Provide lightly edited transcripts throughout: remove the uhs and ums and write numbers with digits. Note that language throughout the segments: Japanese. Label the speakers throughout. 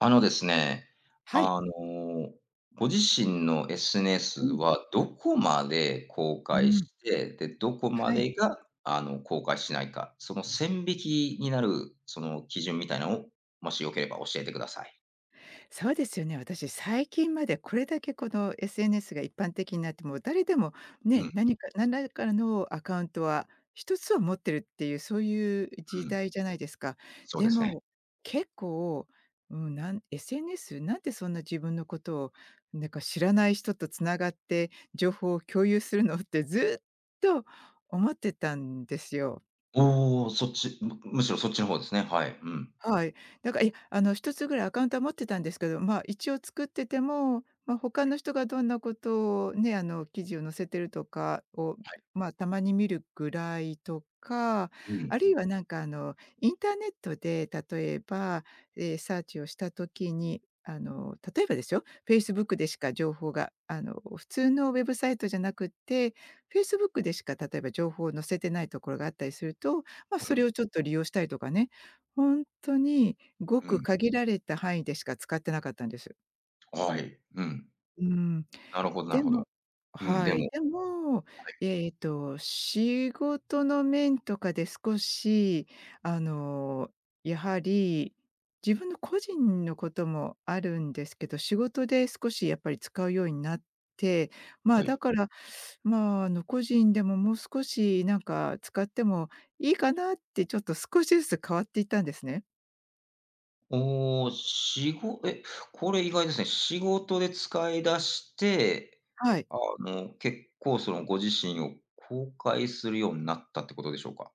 Speaker 1: あのですね、
Speaker 2: はい。
Speaker 1: あの、ご自身の SNS
Speaker 2: うん。
Speaker 1: はどこまで公
Speaker 2: う
Speaker 1: 開
Speaker 2: ん。
Speaker 1: して、で、どこま
Speaker 2: はい。
Speaker 1: でが、公開しないか、その線引きになる、その基準みたいなのを、もしよければ教えてください。
Speaker 2: そうですよね。私、最近までこれだけこの SNS が一般的になって、もう誰でも
Speaker 1: うん、
Speaker 2: ね、何か何らかのアカウントは一つは持ってるっていう、そういう
Speaker 1: う
Speaker 2: 時
Speaker 1: ん。
Speaker 2: 代じゃないですか。
Speaker 1: そうで
Speaker 2: で
Speaker 1: すね。
Speaker 2: も、結構、なんでそんな自分のことを、なんか知らない人と繋がって情報を共有するのってずっと思ってたんですよ。
Speaker 1: おお、そっち、むしろそっちの方ですね。はい。うん。
Speaker 2: はい。だから、いや、一つぐらいアカウントは持ってたんですけど、まあ、一応作ってても、まあ、他の人がどんなことをね、記事を載せてるとかを、まあ、たまに見るぐらいとか、
Speaker 1: うん、
Speaker 2: あるいはなんか、インターネットで例えば、サーチをした時に、あの、例えばですよ、Facebook でしか情報が、普通のウェブサイトじゃなくて、Facebook でしか例えば情報を載せてないところがあったりすると、まあ、それをちょっと利用したりとかね。ほんとにご
Speaker 1: うん、う
Speaker 2: く
Speaker 1: ん。
Speaker 2: 限られた範囲でしか使ってなかったんです。
Speaker 1: はい。うん。
Speaker 2: うん。
Speaker 1: なるほどなる
Speaker 2: で
Speaker 1: ほ
Speaker 2: も
Speaker 1: ど。うん、
Speaker 2: は
Speaker 1: で
Speaker 2: い。
Speaker 1: も。
Speaker 2: でも、仕事の面とかで少し、あの、やはり自分の個人のこともあるんですけど、仕事で少しやっぱり使うようになって、ま
Speaker 1: は
Speaker 2: あ、だ
Speaker 1: い。
Speaker 2: から、まあ、個人でももう少しなんか使ってもいいかなってちょっと少しずつ変わっていったんですね。
Speaker 1: おお、しごえ、これ意外ですね。仕事で使い出して、
Speaker 2: はい。
Speaker 1: 結構そのご自身を公開するようになったってことでしょうか？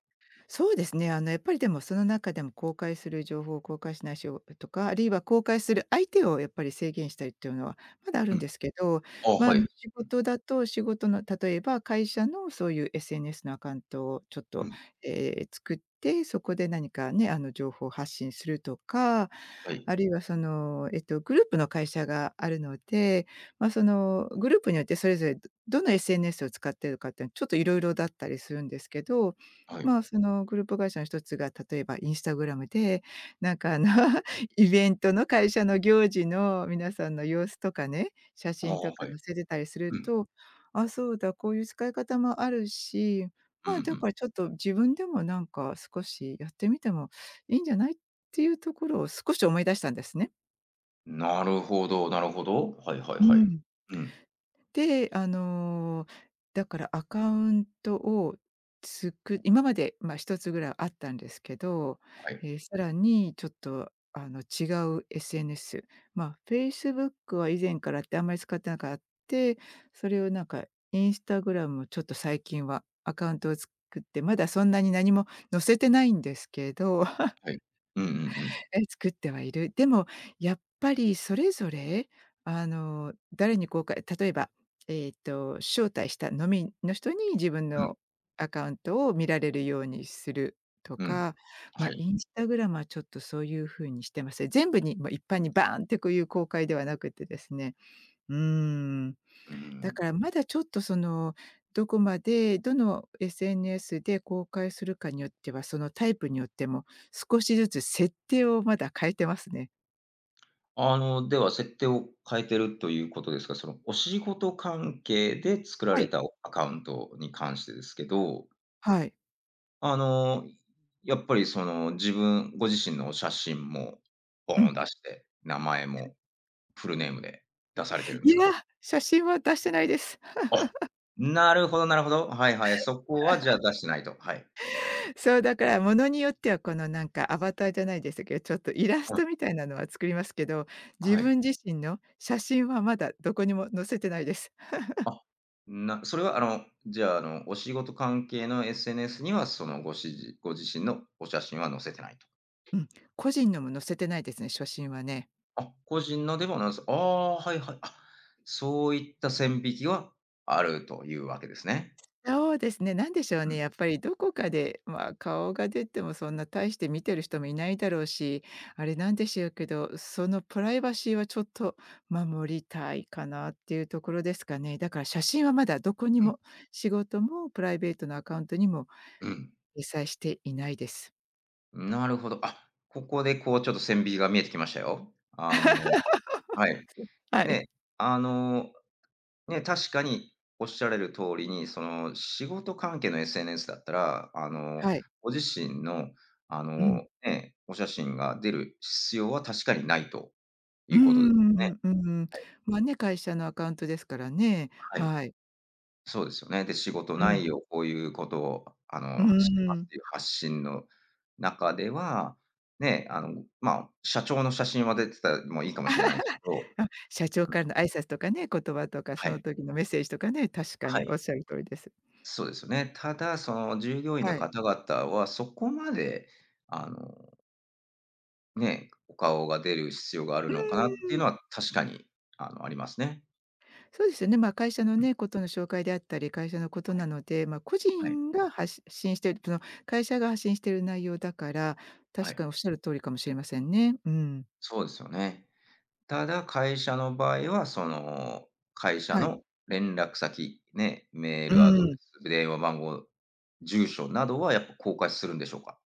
Speaker 2: そうですね。あの、やっぱりでもその中でも公開する情報を公開しないしをとか、あるいは公開する相手をやっぱり制限したりっていうのはまだあ
Speaker 1: う
Speaker 2: るん
Speaker 1: ん。
Speaker 2: ですけど、
Speaker 1: あ、
Speaker 2: まあ、
Speaker 1: はい。
Speaker 2: 仕事だと仕事の例えば会社のそういう SNS のアカウントをちょっ
Speaker 1: う
Speaker 2: と、
Speaker 1: ん。
Speaker 2: 作って、そこで何かね、情報を発信するとか、
Speaker 1: はい。
Speaker 2: あるいはその、グループの会社があるので、まあ、そのグループによってそれぞれどの SNS を使っているかっていうのはちょっといろいろだったりするんですけど、
Speaker 1: はい。
Speaker 2: まあ、そのグループ会社の一つが、例えばインスタグラムで、なんか イベントの会社の行事の皆さんの様子とかね、写
Speaker 1: ああ、
Speaker 2: 真とか
Speaker 1: はい。
Speaker 2: 載せてたりする
Speaker 1: うん。
Speaker 2: と、あ、そうだ、こういう使い方もあるし、
Speaker 1: うん
Speaker 2: ま
Speaker 1: う
Speaker 2: あ、だ
Speaker 1: ん。
Speaker 2: からちょっと自分でもなんか少しやってみてもいいんじゃないっていうところを少し思い出したんですね。
Speaker 1: なるほどなるほど。はいはい
Speaker 2: う
Speaker 1: はい。
Speaker 2: ん。
Speaker 1: うん。
Speaker 2: で、だからアカウントを作今まで、まあ、一つぐらいあったんですけど、
Speaker 1: はい。
Speaker 2: さらにちょっと、違う SNS、まあ、Facebook は以前からあってあんまり使ってなかって、それをなんか Instagram もちょっと最近はアカウントを作って、まだそんなに何も載せてないんですけど、
Speaker 1: はい。うんうんうん。
Speaker 2: え、作ってはいる。でも、やっぱりそれぞれ、誰に公開、例えば、招待した飲みの人に自分
Speaker 1: うん。
Speaker 2: のアカウントを見られるようにすると
Speaker 1: うん。
Speaker 2: か、
Speaker 1: は
Speaker 2: ま、イ
Speaker 1: い。
Speaker 2: ンスタグラムはちょっとそういう風にしてますね。全部に、ま、一般にバーンってこういう公開ではなくてですね。うーん。
Speaker 1: うー
Speaker 2: だ
Speaker 1: ん。
Speaker 2: からまだちょっとその、どこまで、どの SNS で公開するかによっては、そのタイプによっても、少しずつ設定をまだ変えてますね。
Speaker 1: では設定を変えてるということですが、そのお仕事関係で作ら
Speaker 2: は
Speaker 1: れ
Speaker 2: い。
Speaker 1: たアカウントに関してですけど、
Speaker 2: はい。
Speaker 1: あの、やっぱりその自分ご自身の写真もボ
Speaker 2: う
Speaker 1: ーン
Speaker 2: ん。
Speaker 1: 出して、名前もフルネームで出されてるんで
Speaker 2: い
Speaker 1: す
Speaker 2: や、
Speaker 1: か？
Speaker 2: 写真は出してないです。
Speaker 1: あ、なるほどなるほど。はいはい。そこはじゃあ出してないと。はい。
Speaker 2: そう、だからものによってはこのなんかアバターじゃないですけど、ちょっとイラス
Speaker 1: あ、
Speaker 2: トみたいなのは作りますけど、自
Speaker 1: はい。
Speaker 2: 分自身の写真はまだどこにも載せてないです。
Speaker 1: あ、それはじゃあ、お仕事関係の SNS にはそのごしじご自身のお写真は載せてないと。
Speaker 2: うん、個人のも載せてないですね、写真はね。
Speaker 1: あ、個人のでもなんです。ああ、はいはい。あ、そういった線引きはあるというわけですね。
Speaker 2: そうですね、なんでしょう
Speaker 1: う
Speaker 2: ね、
Speaker 1: ん
Speaker 2: やっぱりどこかで、まあ、顔が出てもそんな大して見てる人もいないだろうし、あれなんでしょうけど、そのプライバシーはちょっと守りたいかなっていうところですかね。だから写真はまだどこに
Speaker 1: うん
Speaker 2: も、仕事もプライベートのアカウントにも
Speaker 1: うん。
Speaker 2: 掲載していないです。
Speaker 1: なるほど。あ、ここでこうちょっと線引きが見えてきましたよ。はい。
Speaker 2: はい。
Speaker 1: ね、あの、ね、確かにおっしゃられる通りに、その仕事関係の SNS だったら、
Speaker 2: はい。
Speaker 1: ご自身の
Speaker 2: うん。
Speaker 1: ね、お写真が出る必要は確かにないと
Speaker 2: う
Speaker 1: いうことです
Speaker 2: ん、う
Speaker 1: よね。
Speaker 2: んうんうん。まあね、会社のアカウントですからね。
Speaker 1: はい。
Speaker 2: はい。
Speaker 1: そうですよね。で、仕事
Speaker 2: う
Speaker 1: な
Speaker 2: ん。
Speaker 1: いよ、こういうことを、
Speaker 2: う
Speaker 1: してますっ
Speaker 2: ん。
Speaker 1: ていう発信の中では、ね、まあ、社長の写真は出てたもいいかもしれないですけど。
Speaker 2: あ、社長からの挨拶とかね、言葉とか、
Speaker 1: は
Speaker 2: その
Speaker 1: い、
Speaker 2: 時のメッセージとかね、確か
Speaker 1: は
Speaker 2: にお
Speaker 1: い、
Speaker 2: っしゃる通りです。
Speaker 1: そうですよね。ただ、その従業員の
Speaker 2: はい。
Speaker 1: 方々はそこまで、あの、ね、お顔が出る必要がある
Speaker 2: う
Speaker 1: のか
Speaker 2: ー
Speaker 1: なっていう
Speaker 2: ん、
Speaker 1: のは確かに、ありますね。
Speaker 2: そうですよね。まあ、会社のね、ことの紹介であったり、会社のこと
Speaker 1: は
Speaker 2: な
Speaker 1: い、
Speaker 2: ので、まあ、個
Speaker 1: はい、
Speaker 2: 人が発信している、その会社が発信している内容だから、
Speaker 1: は
Speaker 2: 確
Speaker 1: い、
Speaker 2: かにおっしゃる通りかもしれませんね。うん。
Speaker 1: そうですよね。ただ、会社の場合は、その、会社
Speaker 2: はい。
Speaker 1: の連絡先、ね、メー
Speaker 2: う
Speaker 1: ルアドレ
Speaker 2: ん。
Speaker 1: ス、電話番号、住所などはやっぱ公開するんでしょうか？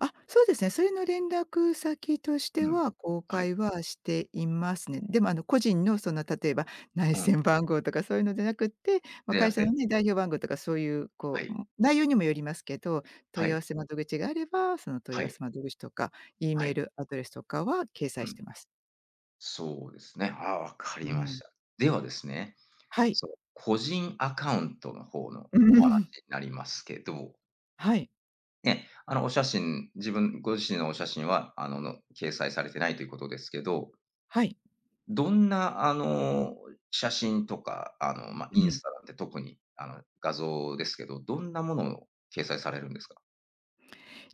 Speaker 2: あ、そうですね。それの連絡先として
Speaker 1: うん。
Speaker 2: は、公
Speaker 1: はい。
Speaker 2: 開はしていますね。でも、個人のその例えば内
Speaker 1: うん。
Speaker 2: 線番号とかそういうのじゃなくって、まあ、
Speaker 1: でな
Speaker 2: 会
Speaker 1: く
Speaker 2: 社の
Speaker 1: て。
Speaker 2: ね、代表番号とかそういう
Speaker 1: は
Speaker 2: こう、
Speaker 1: い。
Speaker 2: 内容にもよりますけど、問
Speaker 1: は
Speaker 2: い合わ
Speaker 1: い。
Speaker 2: せ窓口があれば、その問い
Speaker 1: は
Speaker 2: 合わ
Speaker 1: い。
Speaker 2: せ窓口とか、E
Speaker 1: は
Speaker 2: メー
Speaker 1: い。
Speaker 2: ルアドレスとかは掲
Speaker 1: う
Speaker 2: 載し
Speaker 1: ん。
Speaker 2: てます。
Speaker 1: そうですね。ああ、わか
Speaker 2: う
Speaker 1: りまし
Speaker 2: ん。
Speaker 1: た。ではですね、
Speaker 2: はい。
Speaker 1: そう、個人アカウントの方の
Speaker 2: う
Speaker 1: お話に
Speaker 2: ん。
Speaker 1: なりますけど、
Speaker 2: はい。
Speaker 1: ね、お写真、自分ご自身のお写真は、あのの、掲載されてないということですけど、
Speaker 2: はい。
Speaker 1: どんな、写真とか、ま、
Speaker 2: う
Speaker 1: イン
Speaker 2: ん。
Speaker 1: スタなんて特に、画像ですけど、どんなものを掲載されるんですか？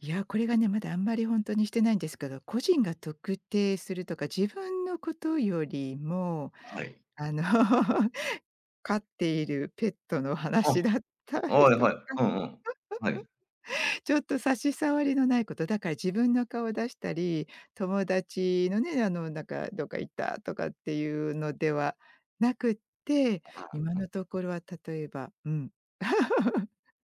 Speaker 2: いや、これがね、まだあんまり本当にしてないんですけど、個人が特定するとか、自分のことよりも
Speaker 1: はい。
Speaker 2: あの 飼っているペットの
Speaker 1: あ、
Speaker 2: 話だったり
Speaker 1: はい
Speaker 2: と
Speaker 1: はい。
Speaker 2: か、
Speaker 1: うんうん。はい。
Speaker 2: ちょっと差し障りのないこと、だから自分の顔を出したり、友達のね、なんか「どっか行った」とかっていうのではなくって、今
Speaker 1: うんう
Speaker 2: の
Speaker 1: ん。
Speaker 2: ところは例えば、うん、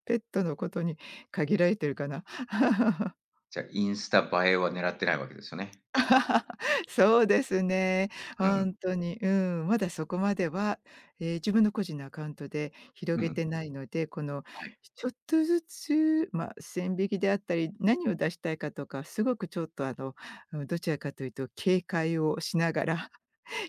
Speaker 2: ペットのことに限られてるかな。
Speaker 1: じゃ、インスタ映えは狙ってないわけですよね。
Speaker 2: そうですね。
Speaker 1: うん、
Speaker 2: 本当に、うん、まだそこまでは、自分の個人のアカウントで広
Speaker 1: う
Speaker 2: げ
Speaker 1: ん、
Speaker 2: てないので、この
Speaker 1: はい。
Speaker 2: ちょっとずつ、まあ、線引きであったり、何を出したいかとか、すごくちょっとうん、どちらかというと警戒をしながら、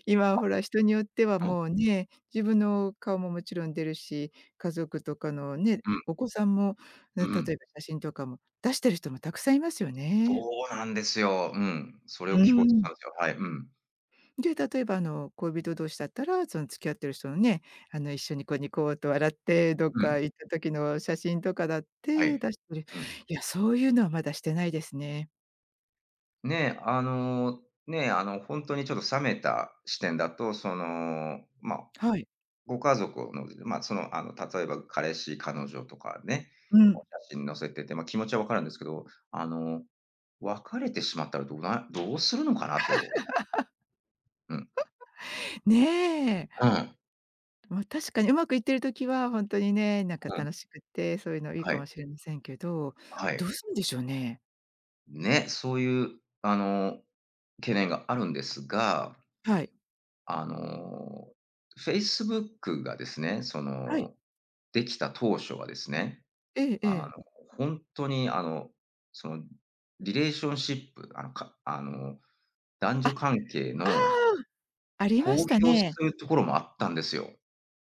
Speaker 2: 今はほら、人によっては
Speaker 1: うん、
Speaker 2: もうね、自分の顔ももちろん出るし、家族とかのね、
Speaker 1: うん、
Speaker 2: お子さんも、
Speaker 1: う
Speaker 2: ね、
Speaker 1: ん。
Speaker 2: 例えば写真とかも出してる人もたくさんいますよね。
Speaker 1: そうなんですよ。うん。それを
Speaker 2: う
Speaker 1: 聞こうとした
Speaker 2: ん。
Speaker 1: んですよ。はい。うん。
Speaker 2: で、例えば恋人同士だったら、その付き合ってる人のね、一緒にこうニコうと笑って、どっ
Speaker 1: うん。
Speaker 2: か行った時の写真とかだっ
Speaker 1: は
Speaker 2: て
Speaker 1: い。
Speaker 2: 出したり、
Speaker 1: うん。
Speaker 2: い。や、そういうのはまだしてないですね。
Speaker 1: ね、ね、ほんとにちょっと冷めた視点だと、その、
Speaker 2: はい。
Speaker 1: ご家族の、まあ、その、例えば彼氏、彼女とかね、
Speaker 2: う
Speaker 1: お
Speaker 2: ん。
Speaker 1: 写真載せてて、まあ、気持ちは分かるんですけど、あの、別れてしまったらどうするのかなと。うん。
Speaker 2: ねえ。
Speaker 1: うん。
Speaker 2: まあ、確かにうまくいってる時は本当にね、なんか
Speaker 1: うん。
Speaker 2: 楽しくって、そういうのいい
Speaker 1: は
Speaker 2: かも
Speaker 1: い。
Speaker 2: しれませんけど、
Speaker 1: は
Speaker 2: ど
Speaker 1: い。
Speaker 2: うするんでしょうね。
Speaker 1: ね、そういう、懸念があるんですが、
Speaker 2: はい。
Speaker 1: あの、Facebook がですね、そ
Speaker 2: はい。
Speaker 1: の、できた当初はですね、
Speaker 2: えええ
Speaker 1: あの、
Speaker 2: え。
Speaker 1: 本当に、その、リレーションシップ、かあの男
Speaker 2: あ、
Speaker 1: 女
Speaker 2: あ
Speaker 1: 関係
Speaker 2: あ、
Speaker 1: の
Speaker 2: ありま
Speaker 1: 公
Speaker 2: した
Speaker 1: 表す
Speaker 2: ね。
Speaker 1: るところもあったんですよ。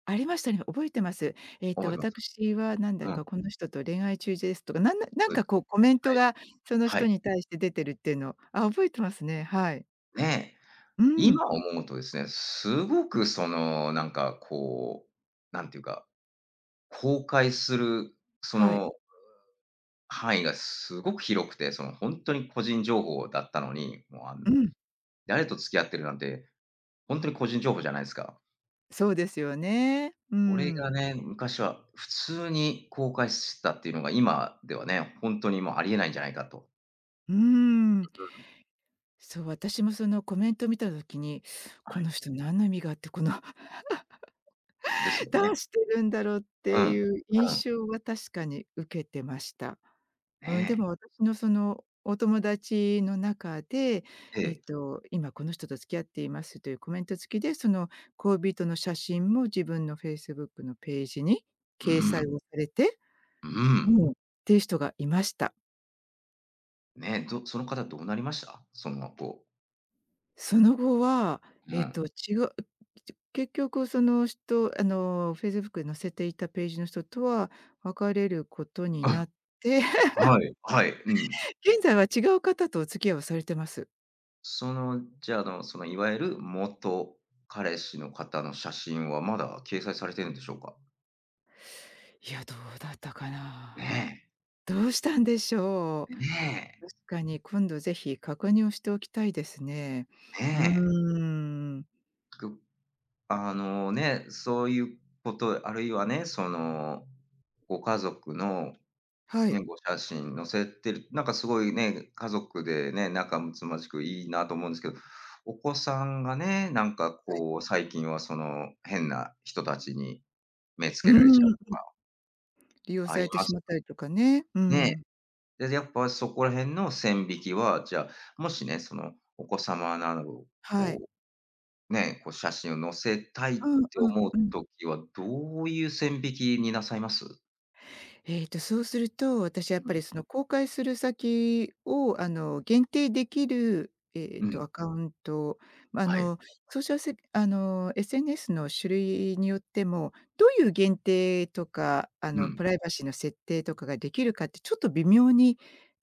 Speaker 2: ありましたね。覚えてます。えっ
Speaker 1: 覚
Speaker 2: と
Speaker 1: えてます。
Speaker 2: 「私はなんだ
Speaker 1: うん。
Speaker 2: かこの人と恋愛中です」とか、なん
Speaker 1: そうで
Speaker 2: か
Speaker 1: す。
Speaker 2: こうコメン
Speaker 1: は
Speaker 2: ト
Speaker 1: い。
Speaker 2: がその
Speaker 1: は
Speaker 2: 人
Speaker 1: い。
Speaker 2: に対して出てるっていうのあ、覚えてますね。はい。
Speaker 1: ね、
Speaker 2: うん。
Speaker 1: 今思うとですね、すごくその、なんかこう、なんていうか、公開するそ
Speaker 2: はい。
Speaker 1: の範囲がすごく広くて、そのほんとに個人情報だったのに、もう、
Speaker 2: うん。
Speaker 1: 誰と付き合ってるなんて、ほんとに個人情報じゃないですか。
Speaker 2: そうですよね。う
Speaker 1: これが
Speaker 2: ん。
Speaker 1: ね、昔は普通に公開してたっていうのが、今ではね、ほんとにもうありえないんじゃないかと。
Speaker 2: うーん。そう、私もそのコメントを見た時に、
Speaker 1: は
Speaker 2: こ
Speaker 1: い。
Speaker 2: の人何の意味があってこの
Speaker 1: ですよ
Speaker 2: どう
Speaker 1: ね。
Speaker 2: してるんだろうっ
Speaker 1: う
Speaker 2: て
Speaker 1: ん、
Speaker 2: いう
Speaker 1: うん。
Speaker 2: 印象は確かに受けてました。うん、で
Speaker 1: ね
Speaker 2: も私のそのお友達の中で、
Speaker 1: え、ええ、
Speaker 2: 今この人と付き合っていますというコメント付きで、その恋人の写真も自分のフェイスブックのページに
Speaker 1: う
Speaker 2: 掲載
Speaker 1: ん、
Speaker 2: をされて、
Speaker 1: う
Speaker 2: う
Speaker 1: ん。
Speaker 2: ん、っていう人がいました。
Speaker 1: ねえ、その方どうなりました？その後。
Speaker 2: その後は、
Speaker 1: う
Speaker 2: えっ
Speaker 1: ん。
Speaker 2: と、違う結局その人、フェイスブックに載せていたページの人とは別れることに
Speaker 1: あ、
Speaker 2: なって、
Speaker 1: はい、はい、うん。
Speaker 2: 現在は違う方とお付き合いをされてます。
Speaker 1: その、じゃあ、そのいわゆる元彼氏の方の写真はまだ掲載されてるんでしょうか？
Speaker 2: いや、どうだったか
Speaker 1: ね
Speaker 2: な。どうしたんでしょ
Speaker 1: え、
Speaker 2: う。
Speaker 1: ね
Speaker 2: 確かに今度ぜひ確認をしておきたいですね。
Speaker 1: え、
Speaker 2: う
Speaker 1: ねえ。
Speaker 2: ーん。
Speaker 1: くあのね、そういうこと、あるいはね、その、ご家族の
Speaker 2: は
Speaker 1: ね、
Speaker 2: い。
Speaker 1: ご写真載せてる、なんかすごいね、家族でね、仲睦まじくいいなと思うんですけど、お子さんがね、なんか
Speaker 2: はい。
Speaker 1: こう、最近はその変な人たちに目つ
Speaker 2: う
Speaker 1: け
Speaker 2: ー
Speaker 1: られちゃう、
Speaker 2: ん、利用
Speaker 1: あ
Speaker 2: さ
Speaker 1: り
Speaker 2: れて
Speaker 1: ま
Speaker 2: し
Speaker 1: す
Speaker 2: まったりとかね。う
Speaker 1: ね。
Speaker 2: ん。
Speaker 1: で、やっぱそこら辺の線引きは、じゃあ、もしね、そのお子様など、
Speaker 2: はい。
Speaker 1: こう、ね、こう写真を載せたいっ
Speaker 2: うん
Speaker 1: て
Speaker 2: うん
Speaker 1: 思う
Speaker 2: うん。
Speaker 1: 時は、どういう線引きになさいます？
Speaker 2: そうすると、私はやっ
Speaker 1: う
Speaker 2: ぱ
Speaker 1: ん。
Speaker 2: りその公開する先を、限定できる、
Speaker 1: うん。
Speaker 2: アカウント、ま、あ
Speaker 1: はい。
Speaker 2: の、ソーシャルセあの、SNS の種類によっても、どういう限定とか、
Speaker 1: うん。
Speaker 2: プライバシーの設定とかができるかってちょっと微妙に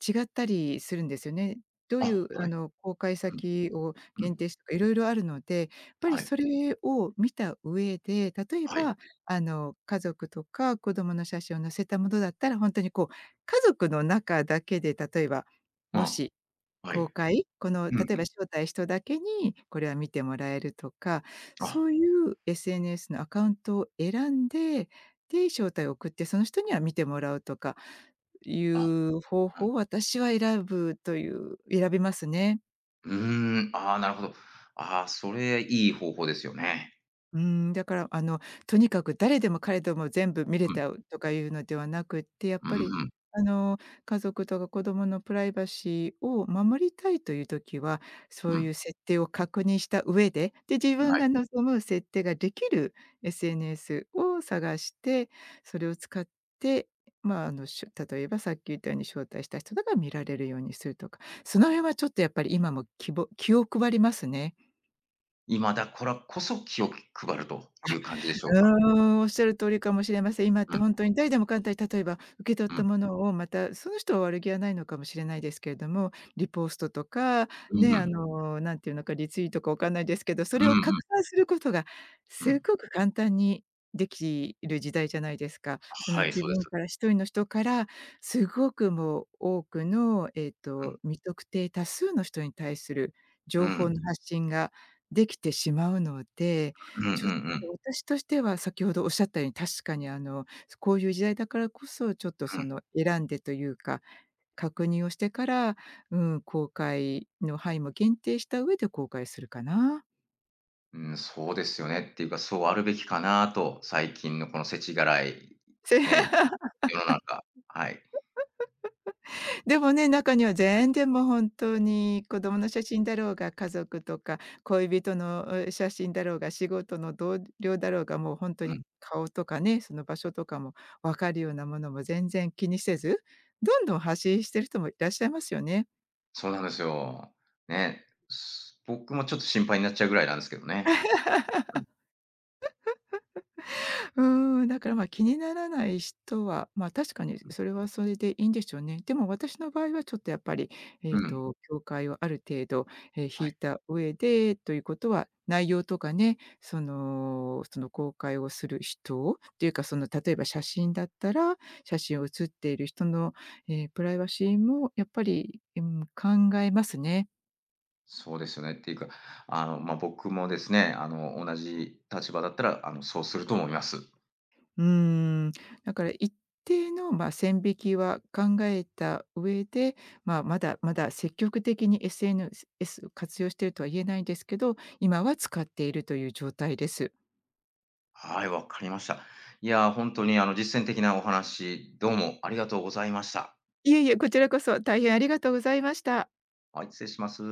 Speaker 2: 違ったりするんですよね。どうい
Speaker 1: あ、
Speaker 2: う、
Speaker 1: はい。
Speaker 2: 公開
Speaker 1: うん、
Speaker 2: 先を
Speaker 1: う
Speaker 2: 限定
Speaker 1: ん。
Speaker 2: してとかいろいろあるので、やっぱり
Speaker 1: はい。
Speaker 2: それを見た上で、例え
Speaker 1: はい。
Speaker 2: ば家族とか子供の写真を載せたものだったら、本当にこう、家族の中だけで、例えば、
Speaker 1: う
Speaker 2: も
Speaker 1: ん。
Speaker 2: し
Speaker 1: はい。
Speaker 2: 公
Speaker 1: う
Speaker 2: 開、この、例
Speaker 1: んう
Speaker 2: え
Speaker 1: ん。
Speaker 2: ば招待人だけにこれは見てもらえるとか、
Speaker 1: あ、
Speaker 2: そういう SNS のアカウントを選んで、で、招待を送って、その人には見てもらうとかい
Speaker 1: あ、
Speaker 2: う方法
Speaker 1: あ、
Speaker 2: を私は選ぶという選びますね。
Speaker 1: うーん、ああ、なるほど。ああ、それいい方法ですよね。
Speaker 2: うーん、だから、とにかく誰でも彼でも全部見れ
Speaker 1: うん、
Speaker 2: たとかいうのではなくって、やっ
Speaker 1: う
Speaker 2: ぱり、
Speaker 1: ん、うん、
Speaker 2: あの、家族とか子供のプライバシーを守りたいという時は、そういう
Speaker 1: う
Speaker 2: 設定を確認した上で、で、自
Speaker 1: ん、は
Speaker 2: 分
Speaker 1: い。
Speaker 2: が望む設定ができる SNS を探して、それを使って、まあ、例えばさっき言ったように招待した人とかが見られるようにするとか、その辺はちょっとやっぱり今も気を配りますね。
Speaker 1: 今だからこそ気を配るという感じでしょう
Speaker 2: う
Speaker 1: か？
Speaker 2: ーん、おっしゃる通りかもしれません。今っ
Speaker 1: う
Speaker 2: て
Speaker 1: ん、
Speaker 2: ほんとに誰でも簡単に例えば受け取っ
Speaker 1: うん、
Speaker 2: たものをまた、その人は悪気はないのかもしれないですけれども、リポストとか、
Speaker 1: うんう
Speaker 2: ね、
Speaker 1: ん、
Speaker 2: なんていうのか、リツイートかわかんないですけど、そ
Speaker 1: う
Speaker 2: れを拡
Speaker 1: ん
Speaker 2: 散することが
Speaker 1: うん、う
Speaker 2: す
Speaker 1: ん。
Speaker 2: ごく簡単にできる時代じゃないですか。その
Speaker 1: はい、
Speaker 2: 自
Speaker 1: そうで
Speaker 2: 分
Speaker 1: す。
Speaker 2: から一人の人から、すごくもう多くの、
Speaker 1: うん、
Speaker 2: 未特定多数の人に対する
Speaker 1: うん、
Speaker 2: 情
Speaker 1: う
Speaker 2: 報
Speaker 1: ん
Speaker 2: の発信ができてしまうので、
Speaker 1: うんうん、うんうんうん、はい、そうです、うんうんうん
Speaker 2: ちょっ
Speaker 1: うんうん
Speaker 2: 私としては先ほどおっしゃったように、確かにこういう時代だからこそ、ちょっと
Speaker 1: うん
Speaker 2: その選んでというか、確認をしてから、うん、公開の範囲も限定した上で公開するかな。
Speaker 1: うん、そうですよねっていうか、そうあるべきかなと、最近のこの世知辛い、
Speaker 2: せ
Speaker 1: ね、世の中。はい。
Speaker 2: でもね、中には全然もう本当に子供の写真だろうが、家族とか恋人の、写真だろうが、仕事の同僚だろうが、もう本当
Speaker 1: う
Speaker 2: に
Speaker 1: ん、
Speaker 2: 顔とかね、その場所とかも分かるようなものも全然気にせず、どんどん発信してる人もいらっしゃいますよね。
Speaker 1: そうなんですよ。ね、僕もちょっと心配になっちゃうぐらいなんですけどね。うん、
Speaker 2: うーん、だからまあ気にならない人は、まあ確かにそれはそれでいいんでしょうね。でも私の場合はちょっとやっぱり、
Speaker 1: うん、
Speaker 2: 境界をある程度、
Speaker 1: は
Speaker 2: 引
Speaker 1: い、
Speaker 2: いた上でということは、内容とかね、その公開をする人っていうか、その例えば写真だったら、写真を写っている人の、プライバシーもやっぱり、うん、考えますね。
Speaker 1: そうですよね。っていうか、まあ、僕もですね、同じ立場だったら、そうすると思います。
Speaker 2: うーん、だから一定の、まあ、線引きは考えた上で、まあ、まだまだ積極的に SNS 活用しているとは言えないんですけど、今は使っているという状態です。
Speaker 1: はい、わかりました。いやー、ほんに、実践的なお話、どうもありがとうございました。
Speaker 2: いえいえ、こちらこそ大変ありがとうございました。
Speaker 1: はい、失礼します。